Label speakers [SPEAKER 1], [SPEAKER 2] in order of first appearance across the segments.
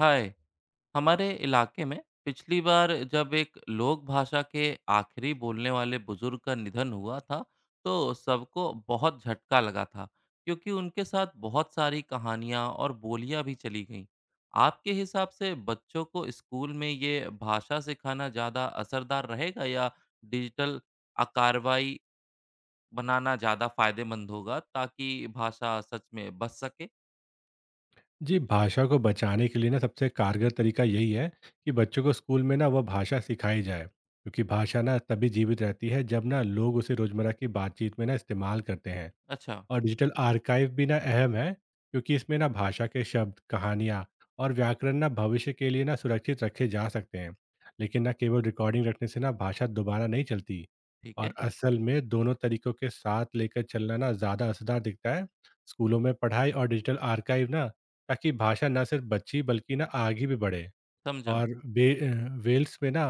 [SPEAKER 1] हाय। हमारे इलाके में पिछली बार जब एक लोक भाषा के आखिरी बोलने वाले बुजुर्ग का निधन हुआ था तो सबको बहुत झटका लगा था, क्योंकि उनके साथ बहुत सारी कहानियां और बोलियां भी चली गईं। आपके हिसाब से बच्चों को स्कूल में ये भाषा सिखाना ज़्यादा असरदार रहेगा या डिजिटल कार्रवाई बनाना ज़्यादा फायदेमंद होगा, ताकि भाषा सच में बच सके?
[SPEAKER 2] जी, भाषा को बचाने के लिए ना सबसे कारगर तरीका यही है कि बच्चों को स्कूल में ना वो भाषा सिखाई जाए, क्योंकि भाषा ना तभी जीवित रहती है जब ना लोग उसे रोजमर्रा की बातचीत में ना इस्तेमाल करते हैं।
[SPEAKER 1] अच्छा।
[SPEAKER 2] और डिजिटल आर्काइव भी ना अहम है, क्योंकि इसमें ना भाषा के शब्द, कहानियाँ और व्याकरण ना भविष्य के लिए ना सुरक्षित रखे जा सकते हैं। लेकिन ना केवल रिकॉर्डिंग रखने से ना भाषा दोबारा नहीं चलती।
[SPEAKER 1] ठीक
[SPEAKER 2] और
[SPEAKER 1] है।
[SPEAKER 2] असल में दोनों तरीकों के साथ लेकर चलना ना ज़्यादा असरदार दिखता है। स्कूलों में पढ़ाई और डिजिटल आर्काइव ना, ताकि भाषा ना सिर्फ बच्ची बल्कि ना आगे भी बढ़े।
[SPEAKER 1] समझा।
[SPEAKER 2] और वे वेल्स में ना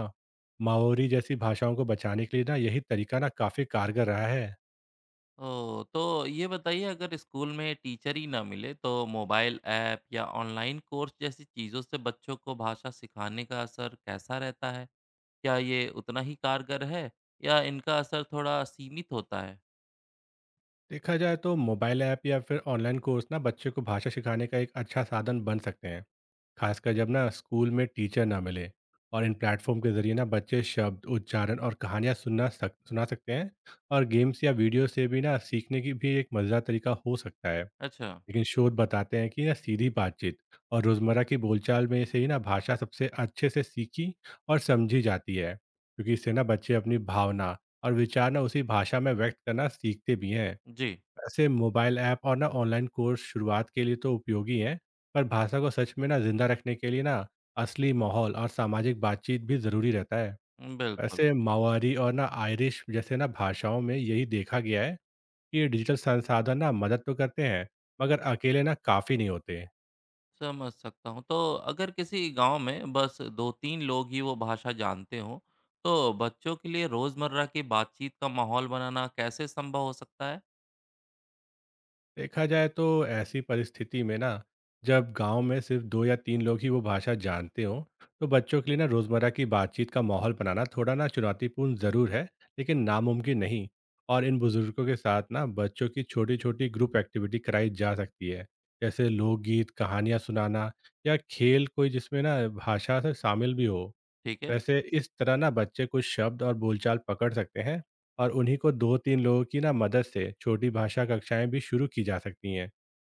[SPEAKER 2] माओरी जैसी भाषाओं को बचाने के लिए ना यही तरीका ना काफ़ी कारगर रहा है।
[SPEAKER 1] ओह! तो ये बताइए, अगर स्कूल में टीचर ही ना मिले तो मोबाइल ऐप या ऑनलाइन कोर्स जैसी चीज़ों से बच्चों को भाषा सिखाने का असर कैसा रहता है? क्या ये उतना ही कारगर है या इनका असर थोड़ा सीमित होता है?
[SPEAKER 2] देखा जाए तो मोबाइल ऐप या फिर ऑनलाइन कोर्स ना बच्चे को भाषा सिखाने का एक अच्छा साधन बन सकते हैं, खासकर जब ना स्कूल में टीचर ना मिले। और इन प्लेटफॉर्म के जरिए ना बच्चे शब्द, उच्चारण और कहानियाँ सुना सकते हैं। और गेम्स या वीडियो से भी ना सीखने की भी एक मज़ेदार तरीका हो सकता है।
[SPEAKER 1] अच्छा।
[SPEAKER 2] लेकिन शोध बताते हैं कि ना सीधी बातचीत और रोज़मर्रा की बोलचाल में से ही ना भाषा सबसे अच्छे से सीखी और समझी जाती है, क्योंकि इससे ना बच्चे अपनी भावना और विचार ना उसी भाषा में व्यक्त करना सीखते भी हैं।
[SPEAKER 1] जी।
[SPEAKER 2] वैसे मोबाइल ऐप और ना ऑनलाइन कोर्स शुरुआत के लिए तो उपयोगी हैं, पर भाषा को सच में ना जिंदा रखने के लिए ना असली माहौल और सामाजिक बातचीत भी ज़रूरी रहता है।
[SPEAKER 1] बिल्कुल।
[SPEAKER 2] वैसे मावारी और ना आयरिश जैसे ना भाषाओं में यही देखा गया है कि ये डिजिटल संसाधन ना मदद तो करते हैं, मगर अकेले ना काफ़ी नहीं होते।
[SPEAKER 1] समझ सकता हूँ। तो अगर किसी गाँव में बस 2-3 लोग ही वो भाषा जानते हों, तो बच्चों के लिए रोज़मर्रा की बातचीत का माहौल बनाना कैसे संभव हो सकता है?
[SPEAKER 2] देखा जाए तो ऐसी परिस्थिति में ना, जब गांव में सिर्फ दो या तीन लोग ही वो भाषा जानते हों, तो बच्चों के लिए ना रोज़मर्रा की बातचीत का माहौल बनाना थोड़ा ना चुनौतीपूर्ण ज़रूर है, लेकिन नामुमकिन नहीं। और इन बुजुर्गों के साथ ना बच्चों की छोटी छोटी ग्रुप एक्टिविटी कराई जा सकती है, जैसे लोकगीत, कहानियाँ सुनाना या खेल कोई जिसमें ना भाषा से शामिल भी हो।
[SPEAKER 1] ठीक है।
[SPEAKER 2] वैसे इस तरह ना बच्चे कुछ शब्द और बोलचाल पकड़ सकते हैं, और उन्हीं को दो तीन लोगों की ना मदद से छोटी भाषा कक्षाएं भी शुरू की जा सकती हैं,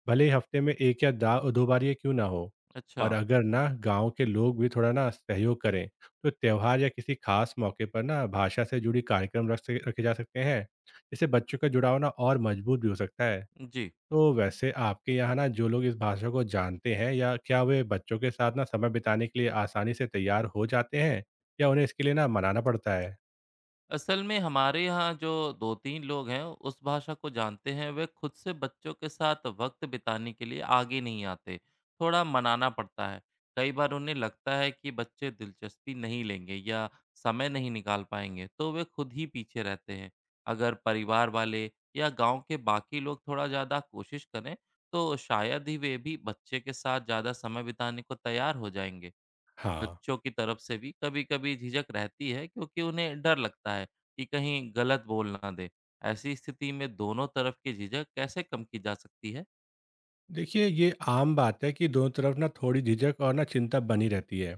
[SPEAKER 2] भले ही हफ्ते में एक या दा दो बार ये क्यों ना हो। और
[SPEAKER 1] अच्छा।
[SPEAKER 2] अगर ना गांव के लोग भी थोड़ा ना सहयोग करें, तो त्यौहार या किसी खास मौके पर ना भाषा से जुड़ी कार्यक्रम रखे जा सकते हैं। इससे बच्चों का जुड़ाव ना और मजबूत भी हो सकता है।
[SPEAKER 1] जी।
[SPEAKER 2] तो वैसे आपके यहाँ ना जो लोग इस भाषा को जानते हैं, या क्या वे बच्चों के साथ ना समय बिताने के लिए आसानी से तैयार हो जाते हैं, या उन्हें इसके लिए ना मनाना पड़ता है?
[SPEAKER 1] असल में हमारे यहाँ जो दो तीन लोग हैं उस भाषा को जानते हैं, वे खुद से बच्चों के साथ वक्त बिताने के लिए आगे नहीं आते। थोड़ा मनाना पड़ता है। कई बार उन्हें लगता है कि बच्चे दिलचस्पी नहीं लेंगे या समय नहीं निकाल पाएंगे, तो वे खुद ही पीछे रहते हैं। अगर परिवार वाले या गांव के बाकी लोग थोड़ा ज़्यादा कोशिश करें तो शायद ही वे भी बच्चे के साथ ज़्यादा समय बिताने को तैयार हो जाएंगे।
[SPEAKER 2] हाँ।
[SPEAKER 1] बच्चों की तरफ से भी कभी-कभी झिझक रहती है, क्योंकि उन्हें डर लगता है कि कहीं गलत बोल ना दें। ऐसी स्थिति में दोनों तरफ की झिझक कैसे कम की जा सकती है?
[SPEAKER 2] देखिए, ये आम बात है कि दोनों तरफ ना थोड़ी झिझक और ना चिंता बनी रहती है।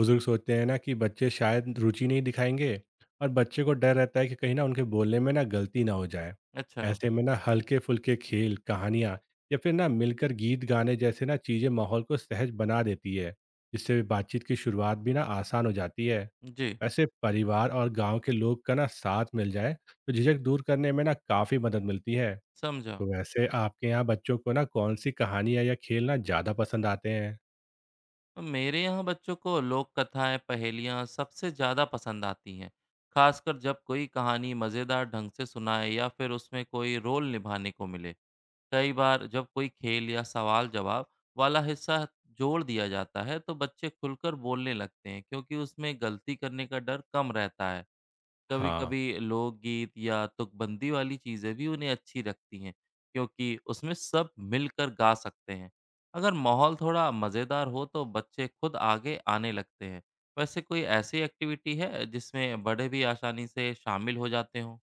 [SPEAKER 2] बुजुर्ग सोचते हैं ना कि बच्चे शायद रुचि नहीं दिखाएंगे, और बच्चे को डर रहता है कि कहीं ना उनके बोलने में ना गलती ना हो जाए।
[SPEAKER 1] अच्छा।
[SPEAKER 2] ऐसे में ना हल्के फुल्के खेल, कहानियाँ या फिर ना मिलकर गीत गाने जैसे ना चीज़ें माहौल को सहज बना देती है, जिससे बातचीत की शुरुआत भी ना आसान हो जाती है।
[SPEAKER 1] जी।
[SPEAKER 2] वैसे परिवार और गांव के लोग का ना साथ मिल जाए, तो झिझक दूर करने में ना काफ़ी मदद मिलती है।
[SPEAKER 1] समझा।
[SPEAKER 2] तो वैसे आपके यहाँ बच्चों को ना कौन सी कहानियाँ या खेल ना ज़्यादा पसंद आते हैं?
[SPEAKER 1] मेरे यहाँ बच्चों को लोक कथाएं, पहेलियाँ सबसे ज़्यादा पसंद आती हैं, खासकर जब कोई कहानी मज़ेदार ढंग से सुनाए या फिर उसमें कोई रोल निभाने को मिले। कई बार जब कोई खेल या सवाल जवाब वाला हिस्सा जोड़ दिया जाता है तो बच्चे खुलकर बोलने लगते हैं, क्योंकि उसमें गलती करने का डर कम रहता है। कभी
[SPEAKER 2] हाँ।
[SPEAKER 1] कभी लोकगीत या तुकबंदी वाली चीज़ें भी उन्हें अच्छी रखती हैं, क्योंकि उसमें सब मिलकर गा सकते हैं। अगर माहौल थोड़ा मज़ेदार हो तो बच्चे खुद आगे आने लगते हैं। वैसे कोई ऐसी एक्टिविटी है जिसमें बड़े भी आसानी से शामिल हो जाते हों?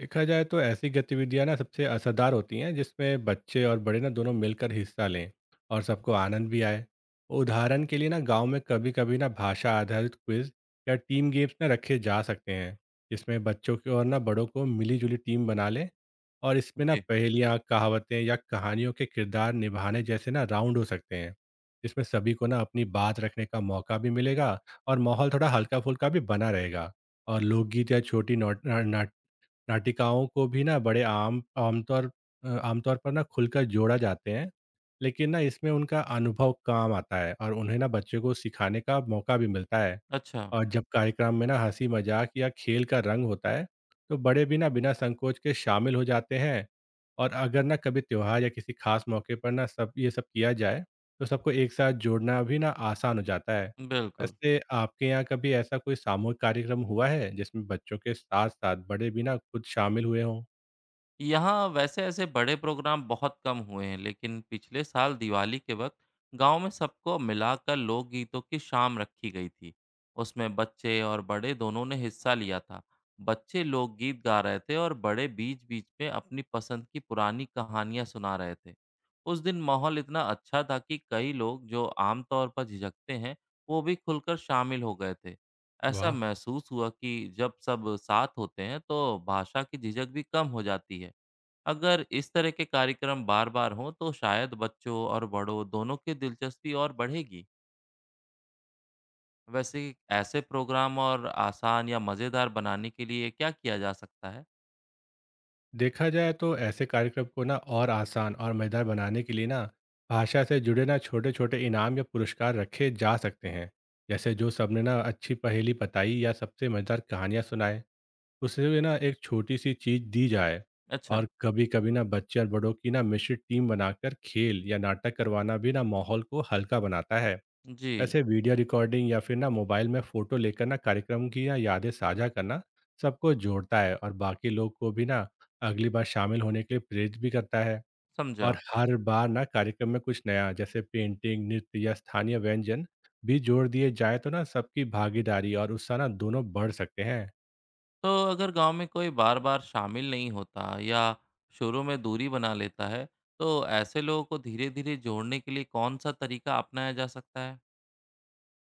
[SPEAKER 2] देखा जाए तो ऐसी गतिविधियां ना सबसे असरदार होती हैं जिसमें बच्चे और बड़े ना दोनों मिलकर हिस्सा लें और सबको आनंद भी आए। उदाहरण के लिए ना गांव में कभी कभी ना भाषा आधारित क्विज या टीम गेम्स ना रखे जा सकते हैं, जिसमें बच्चों की और ना बड़ों को मिलीजुली टीम बना लें। और इसमें ना
[SPEAKER 1] जी।
[SPEAKER 2] पहेलियाँ, कहावतें या कहानियों के किरदार निभाने जैसे ना राउंड हो सकते हैं, जिसमें सभी को ना अपनी बात रखने का मौका भी मिलेगा और माहौल थोड़ा हल्का फुल्का भी बना रहेगा। और लोकगीत या छोटी नाटक नाटिकाओं को भी ना बड़े आम आमतौर आमतौर पर ना खुलकर जोड़ा जाते हैं, लेकिन ना इसमें उनका अनुभव काम आता है और उन्हें ना बच्चों को सिखाने का मौका भी मिलता है।
[SPEAKER 1] अच्छा।
[SPEAKER 2] और जब कार्यक्रम में ना हँसी मज़ाक या खेल का रंग होता है, तो बड़े भी ना बिना संकोच के शामिल हो जाते हैं। और अगर ना कभी त्योहार या किसी खास मौके पर ना सब ये सब किया जाए, तो सबको एक साथ जोड़ना भी ना आसान हो जाता है।
[SPEAKER 1] बिल्कुल।
[SPEAKER 2] वैसे आपके यहाँ कभी ऐसा कोई सामूहिक कार्यक्रम हुआ है जिसमें बच्चों के साथ साथ बड़े भी ना खुद शामिल हुए हों?
[SPEAKER 1] यहाँ वैसे ऐसे बड़े प्रोग्राम बहुत कम हुए हैं, लेकिन पिछले साल दिवाली के वक्त गांव में सबको मिलाकर लोकगीतों की शाम रखी गई थी। उसमें बच्चे और बड़े दोनों ने हिस्सा लिया था। बच्चे लोकगीत गा रहे थे और बड़े बीच बीच में अपनी पसंद की पुरानी कहानियां सुना रहे थे। उस दिन माहौल इतना अच्छा था कि कई लोग जो आमतौर पर झिझकते हैं, वो भी खुलकर शामिल हो गए थे। ऐसा
[SPEAKER 2] वाह।
[SPEAKER 1] महसूस हुआ कि जब सब साथ होते हैं तो भाषा की झिझक भी कम हो जाती है। अगर इस तरह के कार्यक्रम बार-बार हों तो शायद बच्चों और बड़ों दोनों की दिलचस्पी और बढ़ेगी। वैसे ऐसे प्रोग्राम और आसान या मज़ेदार बनाने के लिए क्या किया जा सकता है?
[SPEAKER 2] देखा जाए तो ऐसे कार्यक्रम को ना और आसान और मजेदार बनाने के लिए ना भाषा से जुड़े ना छोटे छोटे इनाम या पुरस्कार रखे जा सकते हैं, जैसे जो सबने ना अच्छी पहेली बताई या सबसे मजेदार कहानियाँ सुनाए, उसे भी ना एक छोटी सी चीज दी जाए।
[SPEAKER 1] अच्छा।
[SPEAKER 2] और कभी कभी ना बच्चे और बड़ों की ना मिश्रित टीम बनाकर खेल या नाटक करवाना भी ना माहौल को हल्का बनाता है।
[SPEAKER 1] जी।
[SPEAKER 2] वैसे वीडियो रिकॉर्डिंग या फिर ना मोबाइल में फोटो लेकर ना कार्यक्रम की या यादें साझा करना सबको जोड़ता है, और बाकी लोग को भी ना अगली बार शामिल होने के लिए प्रेरित भी करता है।
[SPEAKER 1] समझा।
[SPEAKER 2] और हर बार ना कार्यक्रम में कुछ नया जैसे पेंटिंग, नृत्य या स्थानीय व्यंजन भी जोड़ दिए जाए, तो ना सबकी भागीदारी और उत्साह ना दोनों बढ़ सकते हैं।
[SPEAKER 1] तो अगर गांव में कोई बार-बार शामिल नहीं होता या शुरू में दूरी बना लेता है, तो ऐसे लोगों को धीरे-धीरे जोड़ने के लिए कौन-सा तरीका अपनाया जा सकता है?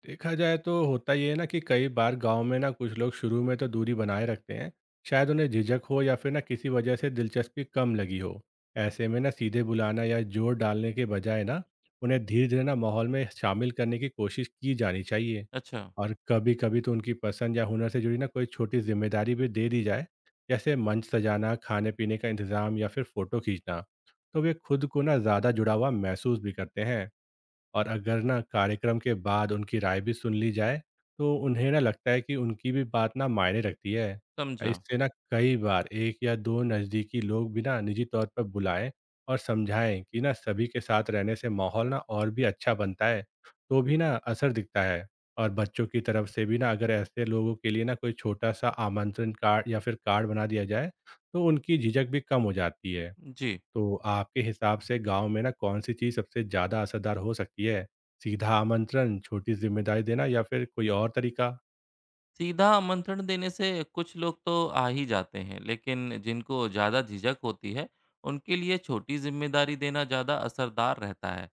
[SPEAKER 2] देखा जाए तो होता ये है ना कि कई बार गांव में ना कुछ लोग शुरू में तो दूरी बनाए रखते हैं। शायद उन्हें झिझक हो या फिर ना किसी वजह से दिलचस्पी कम लगी हो। ऐसे में ना सीधे बुलाना या जोर डालने के बजाय ना उन्हें धीरे धीरे ना माहौल में शामिल करने की कोशिश की जानी चाहिए।
[SPEAKER 1] अच्छा।
[SPEAKER 2] और कभी कभी तो उनकी पसंद या हुनर से जुड़ी ना कोई छोटी जिम्मेदारी भी दे दी जाए, जैसे मंच सजाना, खाने पीने का इंतजाम या फिर फोटो खींचना, तो वे खुद को ना ज़्यादा जुड़ा हुआ महसूस भी करते हैं। और अगर ना कार्यक्रम के बाद उनकी राय भी सुन ली जाए, तो उन्हें ना लगता है कि उनकी भी बात ना मायने रखती है।
[SPEAKER 1] समझा।
[SPEAKER 2] इससे ना कई बार एक या दो नज़दीकी लोग भी ना निजी तौर पर बुलाएं और समझाएं कि ना सभी के साथ रहने से माहौल ना और भी अच्छा बनता है, तो भी ना असर दिखता है। और बच्चों की तरफ से भी ना अगर ऐसे लोगों के लिए ना कोई छोटा सा आमंत्रण कार्ड या फिर कार्ड बना दिया जाए, तो उनकी झिझक भी कम हो जाती है।
[SPEAKER 1] जी।
[SPEAKER 2] तो आपके हिसाब से गाँव में ना कौन-सी चीज़ सबसे ज़्यादा असरदार हो सकती है? सीधा आमंत्रण, छोटी ज़िम्मेदारी देना या फिर कोई और तरीका?
[SPEAKER 1] सीधा आमंत्रण देने से कुछ लोग तो आ ही जाते हैं, लेकिन जिनको ज़्यादा झिझक होती है, उनके लिए छोटी ज़िम्मेदारी देना ज़्यादा असरदार रहता है।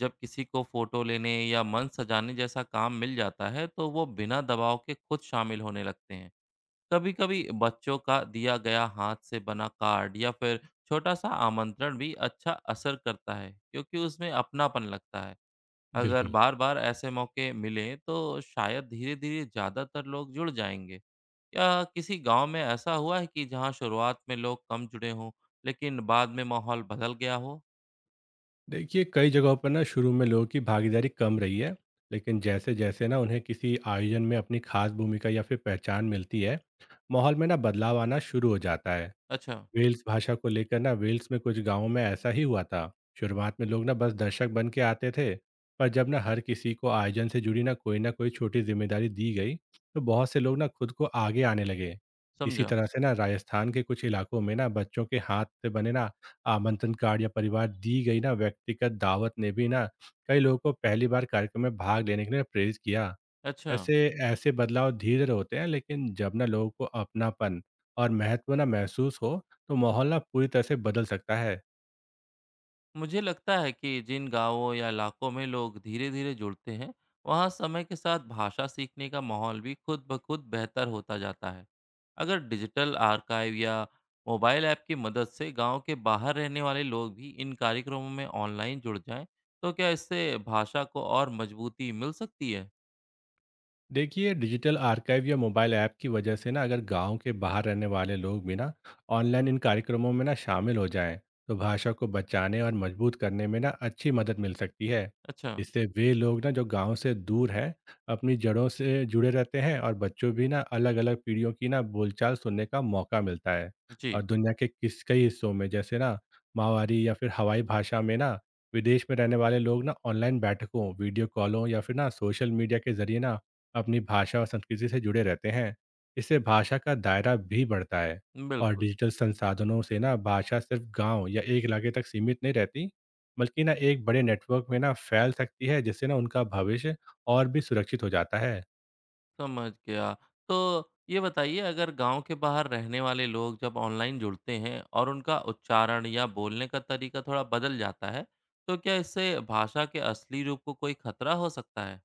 [SPEAKER 1] जब किसी को फ़ोटो लेने या मंच सजाने जैसा काम मिल जाता है, तो वो बिना दबाव के खुद शामिल होने लगते हैं। कभी-कभी बच्चों का दिया गया हाथ से बना कार्ड या फिर छोटा-सा आमंत्रण भी अच्छा असर करता है, क्योंकि उसमें अपनापन लगता है। अगर
[SPEAKER 2] बिल्कुल।
[SPEAKER 1] बार-बार ऐसे मौके मिलें तो शायद धीरे-धीरे ज़्यादातर लोग जुड़ जाएंगे। या किसी गांव में ऐसा हुआ है कि जहां शुरुआत में लोग कम जुड़े हों, लेकिन बाद में माहौल बदल गया हो?
[SPEAKER 2] देखिए, कई जगहों पर ना शुरू में लोगों की भागीदारी कम रही है, लेकिन जैसे-जैसे ना उन्हें किसी आयोजन में अपनी खास भूमिका या फिर पहचान मिलती है, माहौल में ना बदलाव आना शुरू हो जाता है।
[SPEAKER 1] अच्छा।
[SPEAKER 2] वेल्स भाषा को लेकर ना वेल्स में कुछ गांवों में ऐसा ही हुआ था। शुरुआत में लोग ना बस दर्शक बन के आते थे, पर जब ना हर किसी को आयोजन से जुड़ी ना कोई छोटी जिम्मेदारी दी गई, तो बहुत से लोग ना खुद को आगे आने लगे। इसी
[SPEAKER 1] समझा।
[SPEAKER 2] तरह से ना राजस्थान के कुछ इलाकों में ना बच्चों के हाथ से बने ना आमंत्रण कार्ड या परिवार दी गई ना व्यक्तिगत दावत ने भी ना कई लोगों को पहली बार कार्यक्रम में भाग लेने के लिए प्रेरित किया।
[SPEAKER 1] अच्छा।
[SPEAKER 2] ऐसे ऐसे बदलाव धीरे होते हैं, लेकिन जब ना लोगों को अपनापन और महत्व ना महसूस हो, तो माहौल ना पूरी तरह से बदल सकता है।
[SPEAKER 1] मुझे लगता है कि जिन गांवों या इलाकों में लोग धीरे धीरे जुड़ते हैं, वहाँ समय के साथ भाषा सीखने का माहौल भी खुद ब खुद बेहतर होता जाता है। अगर डिजिटल आर्काइव या मोबाइल ऐप की मदद से गांव के बाहर रहने वाले लोग भी इन कार्यक्रमों में ऑनलाइन जुड़ जाएं, तो क्या इससे भाषा को और मजबूती मिल सकती है?
[SPEAKER 2] देखिए, डिजिटल आर्काइव या मोबाइल ऐप की वजह से ना अगर गांव के बाहर रहने वाले लोग भी ना ऑनलाइन इन कार्यक्रमों में ना शामिल हो जाएं, तो भाषा को बचाने और मजबूत करने में ना अच्छी मदद मिल सकती है।
[SPEAKER 1] अच्छा।
[SPEAKER 2] इससे वे लोग ना जो गांव से दूर हैं, अपनी जड़ों से जुड़े रहते हैं, और बच्चों भी ना अलग अलग पीढ़ियों की ना बोलचाल सुनने का मौका मिलता है।
[SPEAKER 1] जी।
[SPEAKER 2] और दुनिया के किस कई हिस्सों में जैसे ना मावारी या फिर हवाई भाषा में ना विदेश में रहने वाले लोग ना ऑनलाइन बैठकों, वीडियो कॉलों या फिर ना सोशल मीडिया के जरिए ना अपनी भाषा और संस्कृति से जुड़े रहते हैं। इससे भाषा का दायरा भी बढ़ता है। और
[SPEAKER 1] बिल्कुल।
[SPEAKER 2] डिजिटल संसाधनों से ना भाषा सिर्फ गांव या एक इलाके तक सीमित नहीं रहती, बल्कि ना एक बड़े नेटवर्क में ना फैल सकती है, जिससे ना उनका भविष्य और भी सुरक्षित हो जाता है।
[SPEAKER 1] समझ गया। तो ये बताइए, अगर गाँव के बाहर रहने वाले लोग जब ऑनलाइन जुड़ते हैं और उनका उच्चारण या बोलने का तरीका थोड़ा बदल जाता है, तो क्या इससे भाषा के असली रूप को कोई खतरा हो सकता है?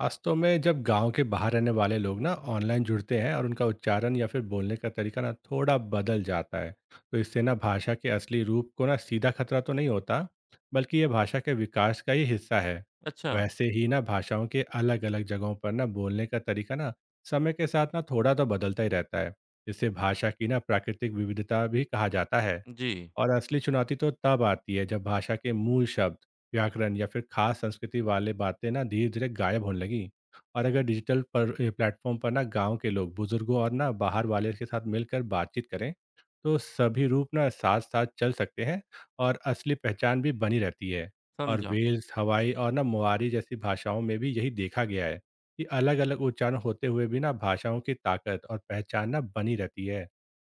[SPEAKER 2] वास्तव में जब गांव के बाहर रहने वाले लोग ना ऑनलाइन जुड़ते हैं और उनका उच्चारण या फिर बोलने का तरीका ना थोड़ा बदल जाता है, तो इससे ना भाषा के असली रूप को ना सीधा खतरा तो नहीं होता, बल्कि ये भाषा के विकास का ही हिस्सा है।
[SPEAKER 1] अच्छा।
[SPEAKER 2] वैसे ही ना भाषाओं के अलग अलग जगहों पर ना बोलने का तरीका ना समय के साथ ना थोड़ा तो बदलता ही रहता है, जिससे भाषा की ना प्राकृतिक विविधता भी कहा जाता है।
[SPEAKER 1] जी।
[SPEAKER 2] और असली चुनौती तो तब आती है जब भाषा के मूल शब्द, व्याकरण या फिर खास संस्कृति वाले बातें ना धीरे धीरे गायब होने लगी। और अगर डिजिटल पर प्लेटफॉर्म पर ना गांव के लोग बुजुर्गों और ना बाहर वाले के साथ मिलकर बातचीत करें, तो सभी रूप ना साथ साथ चल सकते हैं और असली पहचान भी बनी रहती है। और
[SPEAKER 1] समझा।
[SPEAKER 2] वेल्स, हवाई और ना मुआरी जैसी भाषाओं में भी यही देखा गया है कि अलग अलग उच्चारण होते हुए भी ना भाषाओं की ताकत और पहचान ना बनी रहती है।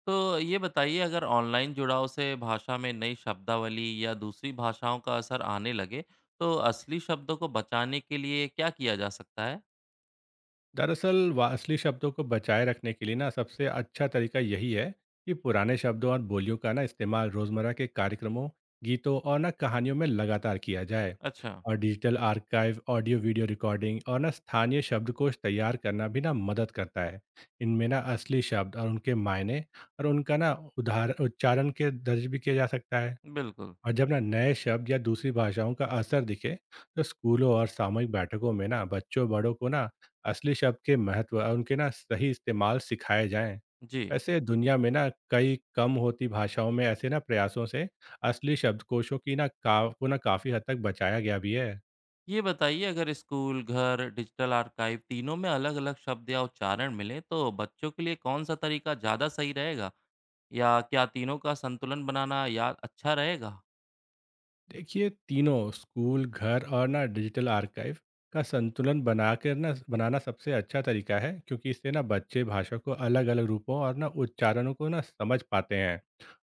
[SPEAKER 1] तो ये बताइए, अगर ऑनलाइन जुड़ाव से भाषा में नई शब्दावली या दूसरी भाषाओं का असर आने लगे, तो असली शब्दों को बचाने के लिए क्या किया जा सकता है?
[SPEAKER 2] दरअसल असली शब्दों को बचाए रखने के लिए ना सबसे अच्छा तरीका यही है कि पुराने शब्दों और बोलियों का ना इस्तेमाल रोजमर्रा के कार्यक्रमों, गीतों और ना कहानियों में लगातार किया जाए।
[SPEAKER 1] अच्छा।
[SPEAKER 2] और digital archive, audio video recording और ना स्थानीय शब्दकोश तैयार करना भी ना मदद करता है। इनमें ना असली शब्द और उनके मायने, और उनका ना उदाहरण उच्चारण के दर्ज भी किया जा सकता है।
[SPEAKER 1] बिल्कुल।
[SPEAKER 2] और जब ना नए शब्द या दूसरी भाषाओं का असर दिखे, तो स्कूलों और सामूहिक बैठकों में ना बच्चों, बड़ों को ना असली शब्द के महत्व और उनके ना सही इस्तेमाल सिखाए जाएं।
[SPEAKER 1] जी।
[SPEAKER 2] वैसे दुनिया में ना कई कम होती भाषाओं में ऐसे ना प्रयासों से असली शब्दकोशों की ना का को ना काफ़ी हद तक बचाया गया भी है।
[SPEAKER 1] ये बताइए, अगर स्कूल, घर, डिजिटल आर्काइव तीनों में अलग-अलग शब्द या उच्चारण मिले तो बच्चों के लिए कौन सा तरीका ज़्यादा सही रहेगा? या क्या तीनों का संतुलन बनाना या अच्छा रहेगा?
[SPEAKER 2] देखिए, तीनों स्कूल, घर और ना डिजिटल आर्काइव का संतुलन बनाकर ना बनाना सबसे अच्छा तरीका है, क्योंकि इससे ना बच्चे भाषा को अलग अलग रूपों और ना उच्चारणों को ना समझ पाते हैं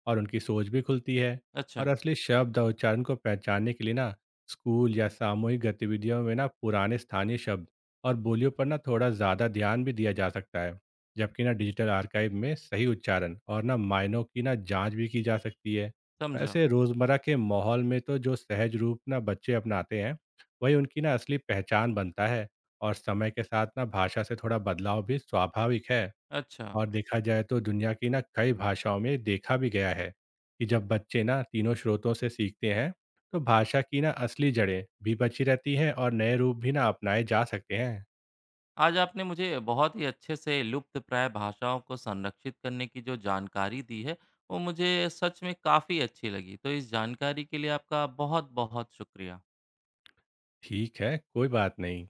[SPEAKER 2] और उनकी सोच भी खुलती है। और
[SPEAKER 1] अच्छा।
[SPEAKER 2] असली शब्द और उच्चारण को पहचानने के लिए ना स्कूल या सामूहिक गतिविधियों में ना पुराने स्थानीय शब्द और बोलियों पर ना थोड़ा ज़्यादा ध्यान भी दिया जा सकता है, जबकि ना डिजिटल आर्काइव में सही उच्चारण और ना मायनों की ना जांच भी की जा सकती है।
[SPEAKER 1] समझा।
[SPEAKER 2] वैसे रोज़मर्रा के माहौल में तो जो सहज रूप ना बच्चे अपनाते हैं, वही उनकी ना असली पहचान बनता है, और समय के साथ ना भाषा से थोड़ा बदलाव भी स्वाभाविक है।
[SPEAKER 1] अच्छा,
[SPEAKER 2] और देखा जाए तो दुनिया की ना कई भाषाओं में देखा भी गया है कि जब बच्चे ना तीनों स्रोतों से सीखते हैं, तो भाषा की ना असली जड़ें भी बची रहती हैं और नए रूप भी ना अपनाए जा सकते हैं।
[SPEAKER 1] आज आपने मुझे बहुत ही अच्छे से लुप्तप्राय भाषाओं को संरक्षित करने की जो जानकारी दी है, वो मुझे सच में काफ़ी अच्छी लगी। तो इस जानकारी के लिए आपका बहुत-बहुत शुक्रिया।
[SPEAKER 2] ठीक है, कोई बात नहीं।